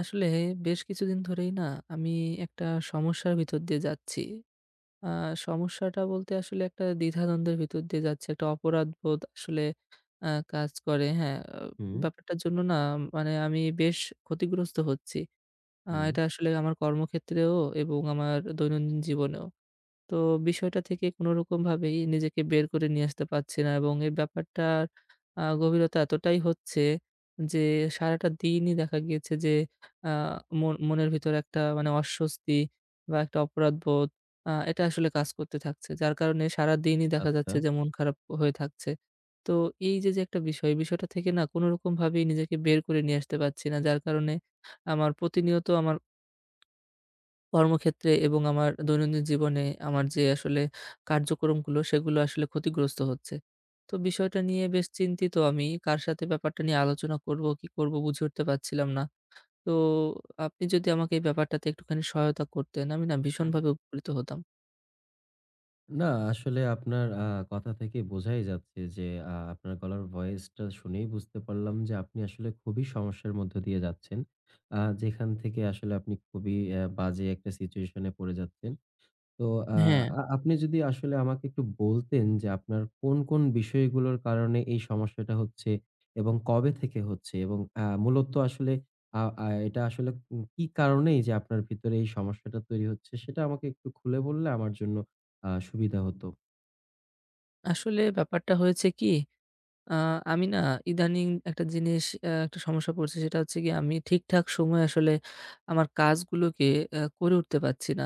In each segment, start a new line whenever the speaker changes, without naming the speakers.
আসলে বেশ কিছুদিন ধরেই না আমি একটা সমস্যার ভিতর দিয়ে যাচ্ছি। আ সমস্যাটা বলতে আসলে একটা দ্বিধাদ্বন্দ্বের ভিতর দিয়ে যাচ্ছি। একটা অপরাধবোধ আসলে কাজ করে। হ্যাঁ,
হুম,
ব্যাপারটার জন্য না মানে আমি বেশ ক্ষতিগ্রস্ত হচ্ছি।
হুম।
এটা আসলে আমার কর্মক্ষেত্রেও এবং আমার দৈনন্দিন জীবনেও। তো বিষয়টা থেকে কোনোরকমভাবেই নিজেকে বের করে নিয়ে আসতে পারছি না এবং এই ব্যাপারটার গভীরতা এতটাই হচ্ছে যে সারাটা দিনই দেখা গিয়েছে যে আ মনের ভিতরে একটা মানে অস্বস্তি বা একটা অপরাধবোধ এটা আসলে কাজ করতে থাকছে। যার কারণে সারাদিনই দেখা
আচ্ছা।
যাচ্ছে যে মন খারাপ হয়ে থাকছে। তো এই যে, যে একটা বিষয়, এই বিষয়টা থেকে না কোনোরকমভাবেই নিজেকে বের করে নিয়ে আসতে পারছি না। যার কারণে আমার প্রতিনিয়ত আমার কর্মক্ষেত্রে এবং আমার দৈনন্দিন জীবনে আমার যে আসলে কার্যক্রমগুলো সেগুলো আসলে ক্ষতিগ্রস্ত হচ্ছে। তো বিষয়টা নিয়ে বেশ চিন্তিত আমি। কার সাথে ব্যাপারটা নিয়ে আলোচনা করব, কি করব বুঝে উঠতে পারছিলাম না। তো আপনি যদি আমাকে এই ব্যাপারটাতে একটুখানি সহায়তা করতেন, আমি না ভীষণভাবে উপকৃত হতাম।
না, আসলে আপনার কথা থেকে বোঝাই যাচ্ছে যে আপনার গলার ভয়েসটা শুনেই বুঝতে পারলাম যে আপনি আসলে খুবই সমস্যার মধ্য দিয়ে যাচ্ছেন। যেখান থেকে আসলে আপনি খুবই বাজে একটা সিচুয়েশনে পড়ে যাচ্ছেন। তো আ
হ্যাঁ,
আ আপনি যদি আসলে আমাকে একটু বলতেন যে আপনার কোন, কোন বিষয়গুলোর কারণে এই সমস্যাটা হচ্ছে এবং কবে থেকে হচ্ছে, এবং মূলত আসলে আ আ এটা আসলে কি কারণেই যে আপনার ভিতরে এই সমস্যাটা তৈরি হচ্ছে সেটা আমাকে একটু খুলে বললে আমার জন্য সুবিধা হতো।
আসলে ব্যাপারটা হয়েছে কি আ আমি না ইদানিং একটা জিনিস একটা সমস্যা পড়ছে সেটা হচ্ছে গিয়ে আমি ঠিকঠাক সময়ে আসলে আমার কাজগুলোকে করে উঠতে পারছি না।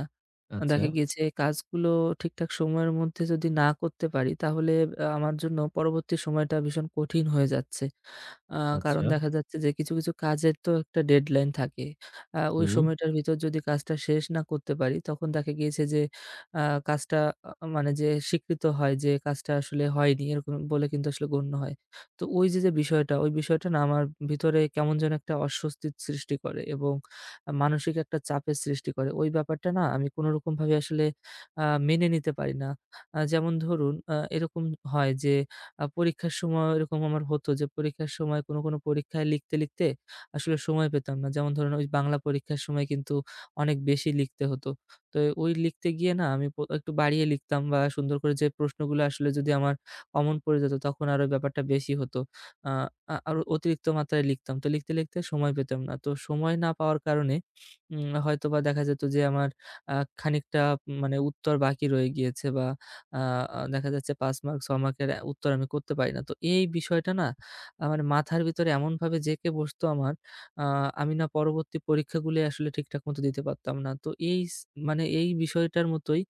আচ্ছা,
দেখা গিয়েছে কাজগুলো ঠিকঠাক সময়ের মধ্যে যদি না করতে পারি তাহলে আমার জন্য পরবর্তী সময়টা ভীষণ কঠিন হয়ে যাচ্ছে। আ কারণ
আচ্ছা।
দেখা যাচ্ছে যে কিছু, কিছু কাজের তো একটা ডেডলাইন থাকে। ওই
হুম,
সময়টার ভিতর যদি কাজটা শেষ না করতে পারি তখন দেখা গিয়েছে যে আ কাজটা আ মানে যে স্বীকৃত হয় যে কাজটা আসলে হয়নি এরকম বলে কিন্তু আসলে গণ্য হয়। তো ওই যে, যে বিষয়টা, ওই বিষয়টা না আমার ভিতরে কেমন যেন একটা অস্বস্তির সৃষ্টি করে এবং মানসিক একটা চাপের সৃষ্টি করে। ওই ব্যাপারটা না আমি কোনরকমভাবে আসলে মেনে নিতে পারি না। যেমন ধরুন এরকম হয় যে, পরীক্ষার সময় এরকম আমার হতো যে, পরীক্ষার সময় কোনো, কোনো পরীক্ষায় লিখতে, লিখতে আসলে সময় পেতাম না। যেমন ধরুন ওই বাংলা পরীক্ষার সময় কিন্তু অনেক বেশি লিখতে হতো। তো ওই লিখতে গিয়ে না আমি একটু বাড়িয়ে লিখতাম বা সুন্দর করে যে প্রশ্নগুলো আসলে যদি আমার অমন পড়ে যেত তখন আরো ব্যাপারটা বেশি হতো। আ আ আরো অতিরিক্ত মাত্রায় লিখতাম। তো লিখতে, লিখতে সময় পেতাম না। তো সময় না পাওয়ার কারণে হয়তোবা দেখা যেত যে আমার আ খানিকটা মানে উত্তর বাকি রয়ে গিয়েছে বা আ আ দেখা যাচ্ছে ৫ মার্ক ৬ মার্কের এ উত্তর আমি করতে পারি না। তো এই বিষয়টা না আমার মাথার ভিতরে এমনভাবে জেঁকে বসতো আমার, আ আমি না পরবর্তী পরীক্ষাগুলি আসলে ঠিকঠাক মতো দিতে পারতাম না। তো এই মানে এই বিষয়টার মতোই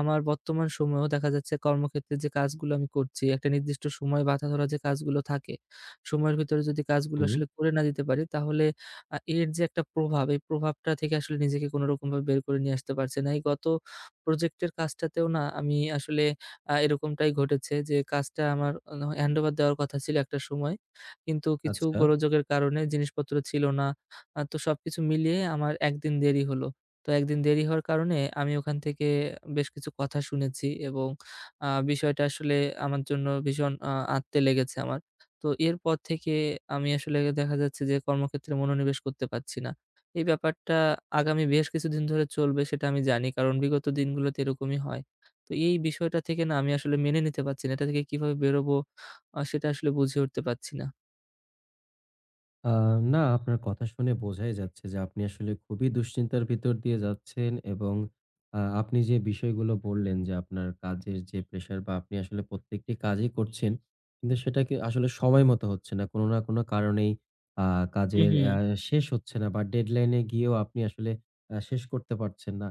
আমার বর্তমান সময়েও দেখা যাচ্ছে কর্মক্ষেত্রে যে কাজগুলো আমি করছি, একটা নির্দিষ্ট সময় বাঁধা ধরা যে কাজগুলো থাকে, সময়ের ভিতরে যদি কাজগুলো
হুম।
আসলে করে না দিতে পারি তাহলে এর যে একটা প্রভাব, এই প্রভাবটা থেকে আসলে নিজেকে কোনরকমভাবে বের করে নিয়ে আসতে পারছি না। এই গত প্রজেক্টের কাজটাতেও না আমি আসলে এরকমটাই ঘটেছে যে কাজটা আমার হ্যান্ডওভার দেওয়ার কথা ছিল একটা সময়। কিন্তু কিছু
আচ্ছা।
গোলযোগের কারণে জিনিসপত্র ছিল না। তো সবকিছু মিলিয়ে আমার ১ দিন দেরি হলো। তো একদিন দেরি হওয়ার কারণে আমি ওখান থেকে বেশ কিছু কথা শুনেছি এবং বিষয়টা আসলে আমার জন্য ভীষণ আঁৎতে লেগেছে আমার। তো এরপর থেকে আমি আসলে দেখা যাচ্ছে যে কর্মক্ষেত্রে মনোনিবেশ করতে পারছি না। এই ব্যাপারটা আগামী বেশ কিছুদিন ধরে চলবে সেটা আমি জানি। কারণ বিগত দিনগুলোতে এরকমই হয়। তো এই বিষয়টা থেকে না আমি আসলে মেনে নিতে পারছি না। এটা থেকে কিভাবে বেরোবো সেটা আসলে বুঝে উঠতে পারছি না।
আ না, আপনার কথা শুনে বোঝাই যাচ্ছে যে আপনি আসলে খুবই দুশ্চিন্তার ভিতর দিয়ে যাচ্ছেন, এবং আপনি যে বিষয়গুলো বললেন যে আপনার কাজের যে প্রেশার বা আপনি আসলে প্রত্যেকটি কাজই করছেন। কিন্তু সেটাকে আসলে সময় মতো হচ্ছে না। কোনো না কোনো কারণেই আ
হুম,
কাজের
হুম,
শেষ হচ্ছে না বা ডেডলাইন এ গিয়েও আপনি আসলে শেষ করতে পারছেন না।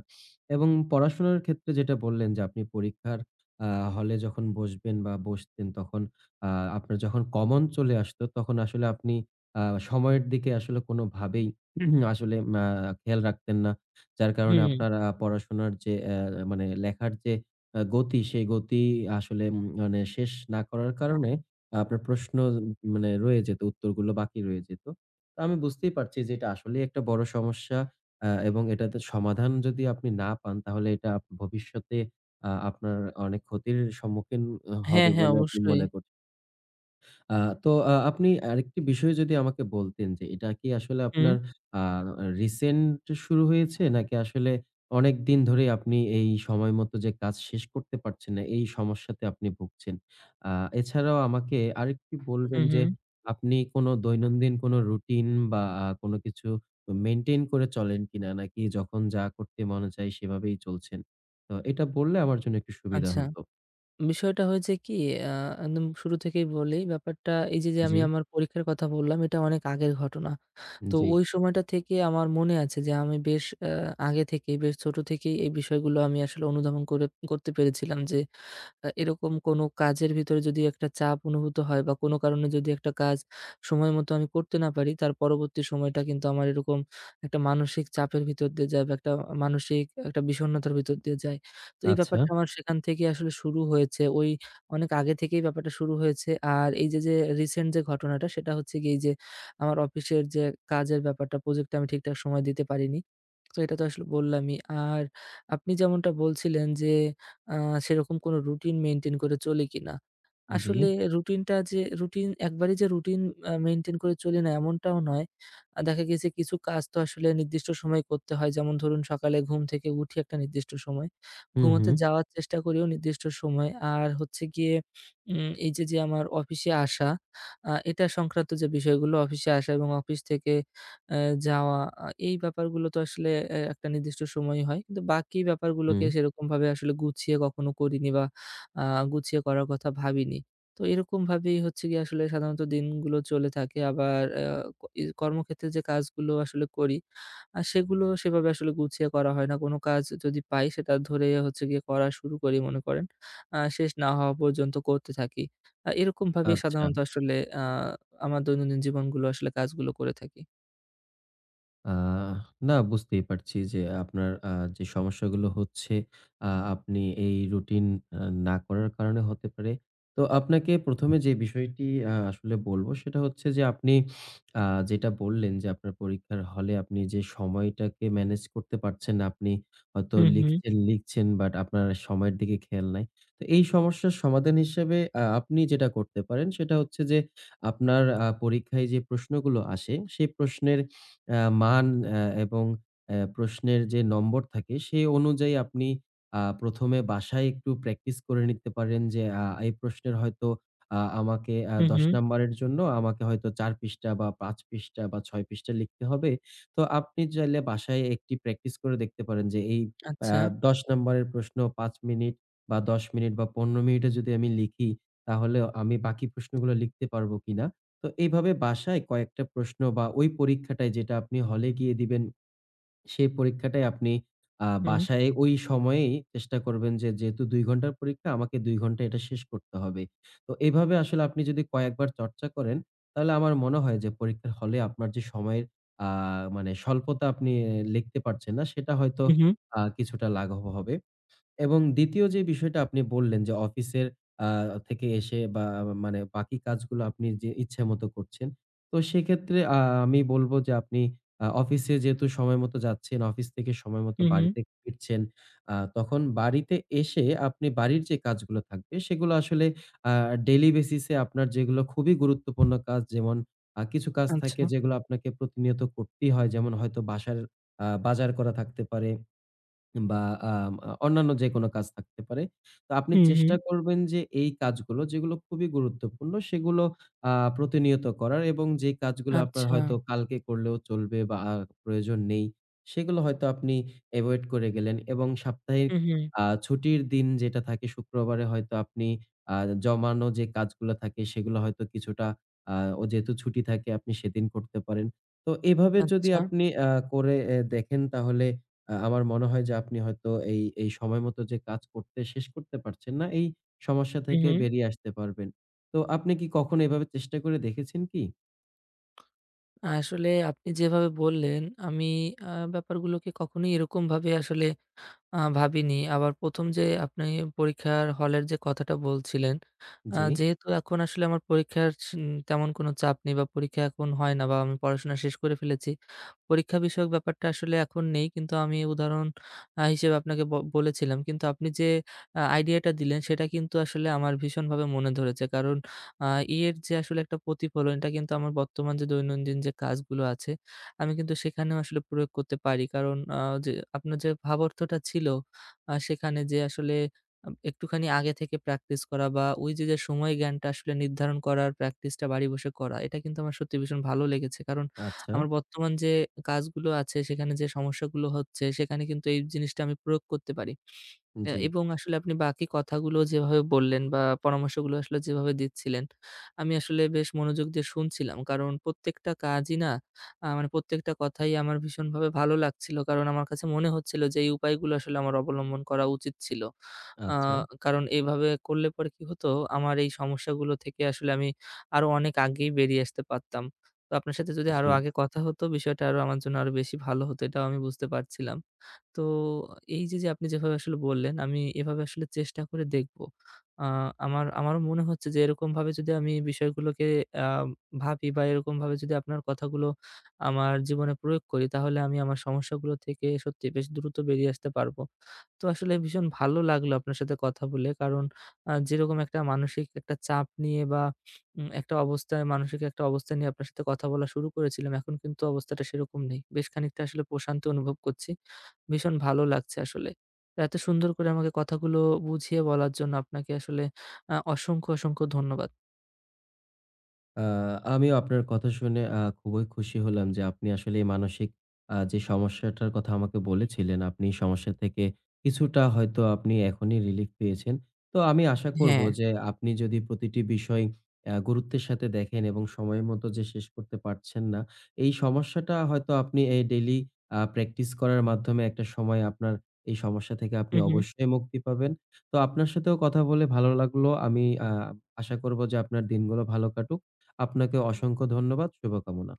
এবং পড়াশোনার ক্ষেত্রে যেটা বললেন যে আপনি পরীক্ষার আ হলে যখন বসবেন বা বসতেন, তখন আ আপনার যখন কমন চলে আসতো তখন আসলে আপনি আ সময়ের দিকে আসলে কোনোভাবেই আসলে খেয়াল রাখতেন না। যার কারণে
হুম।
আপনার পড়াশোনার যে মানে লেখার যে গতি, সেই গতি আসলে মানে শেষ না করার কারণে আপনার প্রশ্ন মানে রয়ে যেত, উত্তরগুলো বাকি রয়ে যেত। তো আমি বুঝতেই পারছি যে এটা আসলেই একটা বড় সমস্যা, এবং এটাতে সমাধান যদি আপনি না পান তাহলে এটা ভবিষ্যতে আপনার অনেক ক্ষতির সম্মুখীন
হ্যাঁ,
হবে
হ্যাঁ
বলে আপনি
অবশ্যই।
মনে করছেন। আ তো আপনি আরেকটি বিষয় যদি আমাকে বলতেন যে এটা কি আসলে
হুম,
আপনার আ রিসেন্ট শুরু হয়েছে? নাকি আসলে অনেকদিন ধরেই আপনি এই সময় মতো যে কাজ শেষ করতে পারছেন না, এই সমস্যাতে আপনি ভুগছেন? আ এছাড়াও আমাকে আরেকটু
হুম,
বলবেন যে
হুম।
আপনি কোন দৈনন্দিন কোন রুটিন বা কোন কিছু মেইনটেইন করে চলেন কিনা? নাকি যখন যা করতে মনে চায় সেভাবেই চলছেন? তো এটা বললে আমার জন্য একটু সুবিধা
আচ্ছা।
হতো।
বিষয়টা হয়েছে কি আ একদম শুরু থেকেই বলি ব্যাপারটা এই যে, যে
জি,
আমি আমার পরীক্ষার কথা বললাম এটা অনেক আগের ঘটনা। তো
জি।
ওই সময়টা থেকে আমার মনে আছে যে আমি বেশ আগে থেকেই বেশ ছোট থেকেই এই বিষয়গুলো আমি আসলে অনুধাবন করে করতে পেরেছিলাম যে এরকম কোনো কাজের ভিতরে যদি একটা চাপ অনুভূত হয় বা কোনো কারণে যদি একটা কাজ সময় মতো আমি করতে না পারি, তার পরবর্তী সময়টা কিন্তু আমার এরকম একটা মানসিক চাপের ভিতর দিয়ে যায় বা একটা মানসিক একটা বিষণ্ণতার ভিতর দিয়ে যায়। তো এই
আচ্ছা।
ব্যাপারটা আমার সেখান থেকেই আসলে শুরু হয়েছে। ওই অনেক আগে থেকেই ব্যাপারটা শুরু হয়েছে। আর এই যে, যে রিসেন্ট যে ঘটনাটা সেটা হচ্ছে গিয়ে এই যে আমার অফিসের যে কাজের ব্যাপারটা, প্রজেক্টটা আমি ঠিকঠাক সময় দিতে পারিনি। তো এটা তো আসলে বললামই। আর আপনি যেমনটা বলছিলেন যে আ সেরকম কোনো রুটিন মেইনটেইন করে চলি কিনা।
জি।
আসলে রুটিনটা যে রুটিন একবারেই যে রুটিন মেইনটেইন করে চলি না এমনটাও নয়। দেখা গেছে কিছু কাজ তো আসলে নির্দিষ্ট সময়ে করতে হয়। যেমন ধরুন সকালে ঘুম থেকে উঠি একটা নির্দিষ্ট সময়।
হু, হু,
ঘুমোতে যাওয়ার চেষ্টা করিও নির্দিষ্ট সময়। আর হচ্ছে গিয়ে এই যে, যে আমার অফিসে আসা এটা সংক্রান্ত যে বিষয়গুলো অফিসে আসা এবং অফিস থেকে অ্যা যাওয়া এই ব্যাপারগুলো তো আসলে একটা নির্দিষ্ট সময়ই হয়। কিন্তু বাকি
হু।
ব্যাপারগুলোকে সেরকমভাবে আসলে গুছিয়ে কখনো করিনি বা আ গুছিয়ে করার কথা ভাবিনি। তো এরকমভাবেই হচ্ছে গিয়ে আসলে সাধারণত দিনগুলো চলে থাকে। আবার অ্যা ক ই কর্মক্ষেত্রে যে কাজগুলো আসলে করি, সেগুলো সেভাবে আসলে গুছিয়ে করা হয় না। কোনো কাজ যদি পাই সেটা ধরে হচ্ছে গিয়ে করা শুরু করি মনে করেন। শেষ না হওয়া পর্যন্ত করতে থাকি। এরকমভাবেই
আচ্ছা।
সাধারণত আসলে আ আমার দৈনন্দিন জীবনগুলো আসলে কাজগুলো করে থাকি।
আ না, বুঝতেই পারছি যে আপনার যে সমস্যাগুলো হচ্ছে আপনি এই রুটিন আ না করার কারণে হতে পারে। তো আপনাকে ১ম এ যে বিষয়টি আসলে বলব সেটা হচ্ছে যে আপনি আ যেটা বললেন যে আপনার পরীক্ষার হলে আপনি যে সময়টাকে ম্যানেজ করতে পারছেন না। আপনি হয়তো
হু, হু,
লিখছেন, লিখছেন, বাট আপনার সময়ের দিকে খেয়াল নাই। তো এই সমস্যার সমাধান হিসেবে আপনি যেটা করতে পারেন সেটা হচ্ছে যে আপনার পরীক্ষায় যে প্রশ্নগুলো আসে সেই প্রশ্নের আ মান আ এবং প্রশ্নের যে নম্বর থাকে সেই অনুযায়ী আপনি ১ম এ বাসায় একটু প্র্যাকটিস করে নিতে পারেন যে এই প্রশ্নের হয়তো আমাকে
হু,
১০
হু,
নাম্বারের জন্য আমাকে হয়তো ৪ পৃষ্ঠা বা ৫ পৃষ্ঠা বা ৬ পৃষ্ঠা লিখতে হবে। তো আপনি চাইলে বাসায় একটি প্র্যাকটিস করে দেখতে পারেন যে এই আ
আচ্ছা।
১০ নাম্বারের প্রশ্ন ৫ মিনিট বা ১০ মিনিট বা ১৫ মিনিটে যদি আমি লিখি তাহলে আমি বাকি প্রশ্নগুলো লিখতে পারবো কিনা? তো এইভাবে বাসায় কয়েকটা প্রশ্ন বা ওই পরীক্ষাটায় যেটা আপনি হলে গিয়ে দিবেন, সেই পরীক্ষাটায় আপনি
হু,
বাসায় ওই সময়েই চেষ্টা করবেন যে, যেহেতু ২ ঘন্টার পরীক্ষা আমাকে ২ ঘন্টায় এটা শেষ করতে হবে। তো এভাবে আসলে আপনি যদি কয়েকবার চর্চা করেন, তাহলে আমার মনে হয় যে পরীক্ষার হলে আপনার যে সময়ের আ মানে স্বল্পতা, আপনি লিখতে পারছেন না, সেটা হয়তো
হু, হু,
কিছুটা লাঘব হবে। এবং ২য় যে বিষয়টা আপনি বললেন যে অফিসের আ থেকে এসে বা মানে বাকি কাজগুলো আপনি যে ইচ্ছামত করছেন। তো সেক্ষেত্রে আমি বলব যে আপনি অফিসে যেহেতু সময়মত যাচ্ছেন, অফিস থেকে সময়মত
হু, হু,
বাড়িতে ফিরছেন। তখন বাড়িতে এসে আপনি বাড়ির যে কাজগুলো থাকবে সেগুলো আসলে আ ডেইলি বেসিস এ আপনার যেগুলো খুবই গুরুত্বপূর্ণ কাজ, যেমন কিছু কাজ থাকে
আচ্ছা।
যেগুলো আপনাকে প্রতিনিয়ত করতেই হয়। যেমন হয়তো বাসার বাজার করা থাকতে পারে। বা আম আ অন্যান্য যেকোনো কাজ থাকতে পারে। তো আপনি
হু, হু,
চেষ্টা করবেন যে এই কাজগুলো যেগুলো খুবই গুরুত্বপূর্ণ সেগুলো আ প্রতিনিয়ত করার, এবং যে কাজগুলো আপনার
আচ্ছা।
হয়তো কালকে করলেও চলবে বা প্রয়োজন নেই, সেগুলো হয়তো আপনি এভয়েড করে গেলেন। এবং সাপ্তাহিক
হু, হু,
ছুটির দিন যেটা থাকে শুক্রবারে, হয়তো আপনি আ জমানো যে কাজগুলো থাকে সেগুলো হয়তো কিছুটা, আ ও যেহেতু ছুটি থাকে, আপনি সেদিন করতে পারেন। তো এভাবে যদি
আচ্ছা।
আপনি করে এ দেখেন, তাহলে আমার মনে হয় যে আপনি হয়তো এই, সময় মতো যে কাজ করতে শেষ করতে পারছেন না, এই সমস্যা
হু,
থেকে
হু।
বেরিয়ে আসতে পারবেন। তো আপনি কি কখনো এভাবে চেষ্টা করে দেখেছেন কি?
আসলে আপনি যেভাবে বললেন আমি ব্যাপারগুলোকে কখনোই এরকমভাবে আসলে ভাবিনি। আবার ১ম যে আপনি পরীক্ষার হলের যে কথাটা বলছিলেন,
জি।
যেহেতু এখন আসলে আমার পরীক্ষার তেমন কোনো চাপ নেই বা পরীক্ষা এখন হয় না বা আমি পড়াশোনা শেষ করে ফেলেছি। পরীক্ষা বিষয়ক ব্যাপারটা আসলে এখন নেই। কিন্তু আমি উদাহরণ হিসেবে আপনাকে বলেছিলাম। কিন্তু আপনি যে আইডিয়াটা দিলেন সেটা কিন্তু আসলে আমার ভীষণভাবে মনে ধরেছে। কারণ আ এর যে আসলে একটা প্রতিফলন এটা কিন্তু আমার বর্তমান যে দৈনন্দিন যে কাজগুলো আছে আমি কিন্তু সেখানেও আসলে প্রয়োগ করতে পারি। কারণ যে আপনার যে ভাবার্থটা ছিল সেখানে যে আসলে একটুখানি আগে থেকে প্র্যাকটিস করা বা ওই যে, যে সময় জ্ঞানটা আসলে নির্ধারণ করার প্র্যাকটিসটা বাড়ি বসে করা, এটা কিন্তু আমার সত্যি ভীষণ ভালো লেগেছে। কারণ
আচ্ছা,
আমার বর্তমান যে কাজগুলো আছে সেখানে যে সমস্যাগুলো হচ্ছে সেখানে কিন্তু এই জিনিসটা আমি প্রয়োগ করতে পারি।
জি,
এবং আসলে আপনি বাকি কথাগুলো যেভাবে বললেন বা পরামর্শগুলো আসলে যেভাবে দিচ্ছিলেন, আমি আসলে বেশ মনোযোগ দিয়ে শুনছিলাম। কারণ প্রত্যেকটা কাজই না মানে প্রত্যেকটা কথাই আমার ভীষণভাবে ভালো লাগছিল। কারণ আমার কাছে মনে হচ্ছিল যে এই উপায়গুলো আসলে আমার অবলম্বন করা উচিত ছিল। আ
আচ্ছা,
কারণ এভাবে করলে পরে কি হতো, আমার এই সমস্যাগুলো থেকে আসলে আমি আরো অনেক আগেই বেরিয়ে আসতে পারতাম। তো আপনার সাথে যদি আরো
জি।
আগে কথা হতো বিষয়টা আরো আমার জন্য আরো বেশি ভালো হতো, এটাও আমি বুঝতে পারছিলাম। তো এই যে, যে আপনি যেভাবে আসলে বললেন, আমি এভাবে আসলে চেষ্টা করে দেখব। আ আমারও মনে হচ্ছে যে এরকমভাবে যদি আমি বিষয়গুলোকে আ ভাবি বা এরকমভাবে যদি আপনার কথাগুলো আমার জীবনে প্রয়োগ করি, তাহলে আমি আমার সমস্যাগুলো থেকে সত্যি বেশ দ্রুত বেরিয়ে আসতে পারবো। তো আসলে ভীষণ ভালো লাগলো আপনার সাথে কথা বলে। কারণ যেরকম একটা মানসিক একটা চাপ নিয়ে বা একটা অবস্থায় মানসিক একটা অবস্থা নিয়ে আপনার সাথে কথা বলা শুরু করেছিলাম, এখন কিন্তু অবস্থাটা সেরকম নেই। বেশ খানিকটা আসলে প্রশান্তি অনুভব করছি। ভীষণ ভালো লাগছে আসলে। তো এত সুন্দর করে আমাকে কথাগুলো বুঝিয়ে বলার জন্য আপনাকে আসলে অসংখ্য, অসংখ্য ধন্যবাদ।
আ আমিও আপনার কথা শুনে খুবই খুশি হলাম যে আপনি আসলে এই মানসিক যে সমস্যাটার কথা আমাকে বলেছিলেন, আপনি এই সমস্যা থেকে কিছুটা হয়তো আপনি এখনই রিলিফ পেয়েছেন। তো আমি আশা করব
হ্যাঁ।
যে আপনি যদি প্রতিটি বিষয় গুরুত্বের সাথে দেখেন এবং সময় মতো যে শেষ করতে পারছেন না, এই সমস্যাটা হয়তো আপনি এই ডেইলি প্র্যাকটিস করার মাধ্যমে একটা সময় আপনার এই সমস্যা থেকে
হু,
আপনি
হু।
অবশ্যই মুক্তি পাবেন। তো আপনার সাথেও কথা বলে ভালো লাগলো। আমি আশা করব যে আপনার দিনগুলো ভালো কাটুক। আপনাকে অসংখ্য ধন্যবাদ। শুভকামনা।